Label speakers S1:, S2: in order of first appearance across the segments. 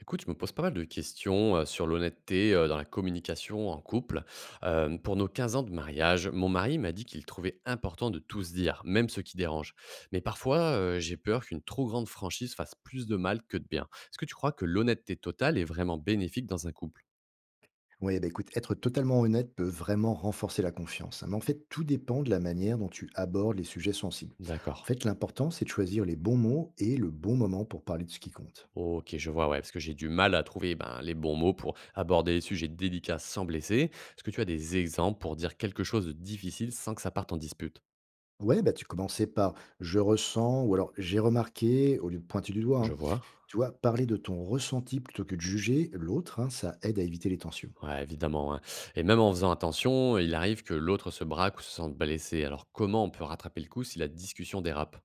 S1: Écoute, je me pose pas mal de questions sur l'honnêteté dans la communication en couple. Pour nos 15 ans de mariage, mon mari m'a dit qu'il trouvait important de tout se dire, même ce qui dérange. Mais parfois, j'ai peur qu'une trop grande franchise fasse plus de mal que de bien. Est-ce que tu crois que l'honnêteté totale est vraiment bénéfique dans un couple?
S2: Oui, bah écoute, être totalement honnête peut vraiment renforcer la confiance, hein. Mais en fait, tout dépend de la manière dont tu abordes les sujets sensibles. En
S1: D'accord.
S2: fait, l'important, c'est de choisir les bons mots et le bon moment pour parler de ce qui compte.
S1: Ok, je vois, ouais, parce que j'ai du mal à trouver ben, les bons mots pour aborder les sujets délicats sans blesser. Est-ce que tu as des exemples pour dire quelque chose de difficile sans que ça parte en dispute?
S2: Ouais, bah tu commençais par je ressens ou alors j'ai remarqué au lieu de pointer du doigt,
S1: Je
S2: hein.
S1: vois.
S2: Tu vois, parler de ton ressenti plutôt que de juger l'autre, hein, ça aide à éviter les tensions.
S1: Ouais, évidemment, hein. Et même en faisant attention, il arrive que l'autre se braque ou se sente blessé. Alors comment on peut rattraper le coup si la discussion dérape?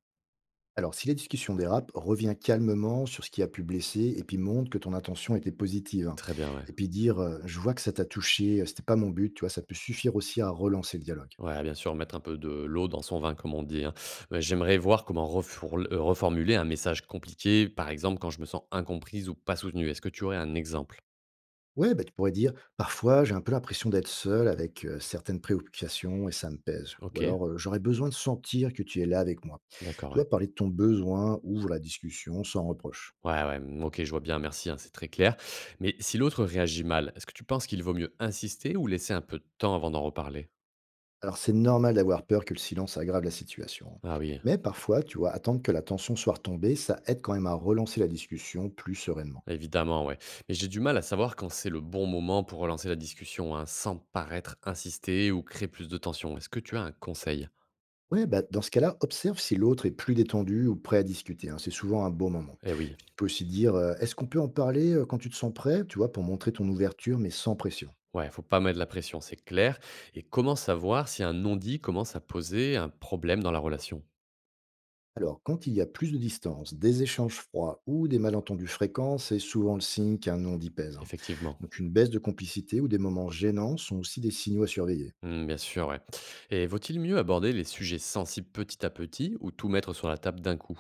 S2: Alors, si la discussion dérape, reviens calmement sur ce qui a pu blesser et puis montre que ton intention était positive, hein.
S1: Très bien, ouais.
S2: Et puis dire, je vois que ça t'a touché, c'était pas mon but, tu vois, ça peut suffire aussi à relancer le dialogue.
S1: Ouais, bien sûr, mettre un peu de l'eau dans son vin, comme on dit, hein. Ouais, j'aimerais voir comment reformuler un message compliqué, par exemple quand je me sens incomprise ou pas soutenue. Est-ce que tu aurais un exemple?
S2: Ouais, bah, tu pourrais dire, parfois j'ai un peu l'impression d'être seul avec certaines préoccupations et ça me pèse. Ou
S1: Ok,
S2: alors, j'aurais besoin de sentir que tu es là avec moi.
S1: d'accord,
S2: Tu
S1: ouais.
S2: vois, parler de ton besoin ouvre la discussion sans reproche.
S1: Ouais, ouais, mm, ok, je vois bien, merci, hein, c'est très clair. Mais si l'autre réagit mal, est-ce que tu penses qu'il vaut mieux insister ou laisser un peu de temps avant d'en reparler?
S2: Alors, c'est normal d'avoir peur que le silence aggrave la situation, hein.
S1: Ah oui.
S2: Mais parfois, tu vois, attendre que la tension soit retombée, ça aide quand même à relancer la discussion plus sereinement.
S1: Évidemment, ouais. Mais j'ai du mal à savoir quand c'est le bon moment pour relancer la discussion, hein, sans paraître insister ou créer plus de tension. Est-ce que tu as un conseil?
S2: Ouais, bah, dans ce cas-là, observe si l'autre est plus détendu ou prêt à discuter, hein. C'est souvent un bon moment.
S1: Eh oui,
S2: Puis tu peux aussi dire, est-ce qu'on peut en parler quand tu te sens prêt, tu vois, pour montrer ton ouverture, mais sans pression.
S1: ouais, faut pas mettre la pression, c'est clair. Et comment savoir si un non-dit commence à poser un problème dans la relation?
S2: Alors, quand il y a plus de distance, des échanges froids ou des malentendus fréquents, c'est souvent le signe qu'un non-dit pèse, hein.
S1: Effectivement.
S2: Donc, une baisse de complicité ou des moments gênants sont aussi des signaux à surveiller.
S1: Hmm, bien sûr, ouais. Et vaut-il mieux aborder les sujets sensibles petit à petit ou tout mettre sur la table d'un coup?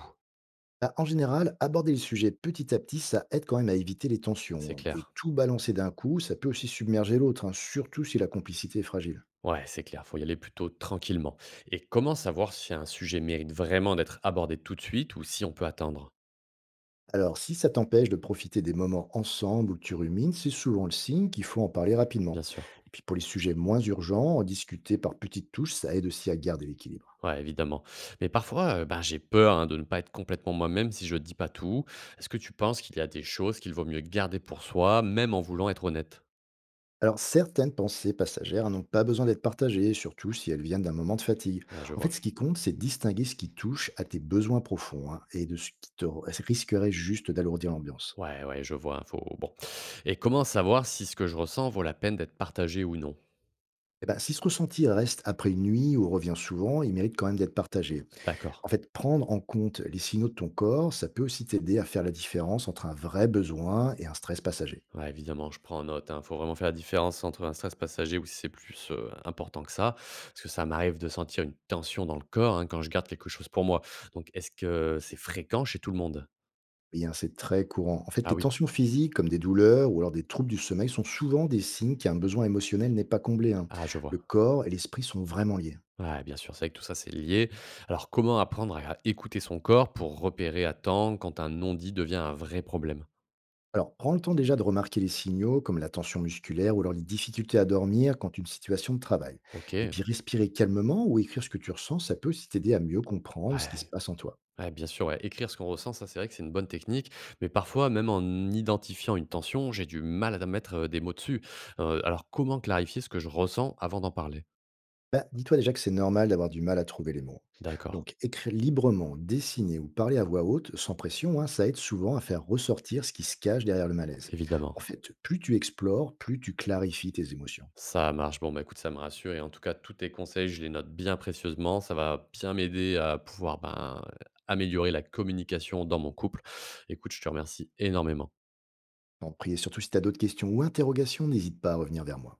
S2: Bah, en général, aborder les sujets petit à petit, ça aide quand même à éviter les tensions,
S1: C'est
S2: hein. Et
S1: clair.
S2: tout balancer d'un coup, ça peut aussi submerger l'autre, hein, surtout si la complicité est fragile.
S1: Ouais, c'est clair, faut y aller plutôt tranquillement. Et comment savoir si un sujet mérite vraiment d'être abordé tout de suite ou si on peut attendre?
S2: Alors, si ça t'empêche de profiter des moments ensemble où tu rumines, c'est souvent le signe qu'il faut en parler rapidement.
S1: Bien sûr.
S2: Et puis pour les sujets moins urgents, en discuter par petites touches, ça aide aussi à garder l'équilibre.
S1: Ouais, évidemment. Mais parfois, ben, j'ai peur, hein, de ne pas être complètement moi-même si je dis pas tout. Est-ce que tu penses qu'il y a des choses qu'il vaut mieux garder pour soi, même en voulant être honnête?
S2: Alors certaines pensées passagères n'ont pas besoin d'être partagées, surtout si elles viennent d'un moment de fatigue.
S1: Ah, je
S2: En fait,
S1: vois.
S2: ce qui compte, c'est de distinguer ce qui touche à tes besoins profonds, hein, et de ce qui te risquerait juste d'alourdir l'ambiance.
S1: Ouais, ouais, je vois, hein, faut bon et comment savoir si ce que je ressens vaut la peine d'être partagé ou non?
S2: Eh ben, si ce ressenti reste après une nuit ou revient souvent, il mérite quand même d'être partagé.
S1: D'accord.
S2: En fait, prendre en compte les signaux de ton corps, ça peut aussi t'aider à faire la différence entre un vrai besoin et un stress passager.
S1: Ouais, évidemment, je prends en note, hein. Faut vraiment faire la différence entre un stress passager ou si c'est plus, important que ça. Parce que ça m'arrive de sentir une tension dans le corps, hein, quand je garde quelque chose pour moi. Donc est-ce que c'est fréquent chez tout le monde?
S2: Eh bien, c'est très courant. En fait,
S1: Ah
S2: les
S1: oui.
S2: tensions physiques, comme des douleurs ou alors des troubles du sommeil, sont souvent des signes qu'un besoin émotionnel n'est pas comblé, hein.
S1: Ah, je
S2: Le
S1: vois.
S2: corps et l'esprit sont vraiment liés.
S1: Ouais, bien sûr, c'est vrai que tout ça, c'est lié. Alors, comment apprendre à écouter son corps pour repérer à temps quand un non-dit devient un vrai problème?
S2: Alors, prends le temps déjà de remarquer les signaux, comme la tension musculaire ou alors les difficultés à dormir quand une situation de travail. Et
S1: OK.
S2: puis, respirer calmement ou écrire ce que tu ressens, ça peut aussi t'aider à mieux comprendre ce qui se
S1: Ouais.
S2: passe en toi.
S1: Ouais, bien sûr, ouais. Écrire ce qu'on ressent, ça, c'est vrai que c'est une bonne technique. Mais parfois, même en identifiant une tension, j'ai du mal à mettre des mots dessus. Alors, comment clarifier ce que je ressens avant d'en parler?
S2: Bah, dis-toi déjà que c'est normal d'avoir du mal à trouver les mots.
S1: D'accord,
S2: Donc, écrire librement, dessiner ou parler à voix haute, sans pression, hein, ça aide souvent à faire ressortir ce qui se cache derrière le malaise. En
S1: évidemment.
S2: fait, plus tu explores, plus tu clarifies tes émotions.
S1: Ça marche. Bon, bah, écoute, ça me rassure et en tout cas, tous tes conseils, je les note bien précieusement. Ça va bien m'aider à pouvoir ben, améliorer la communication dans mon couple. Écoute, je te remercie énormément.
S2: En prie, et surtout si tu as d'autres questions ou interrogations, n'hésite pas à revenir vers moi.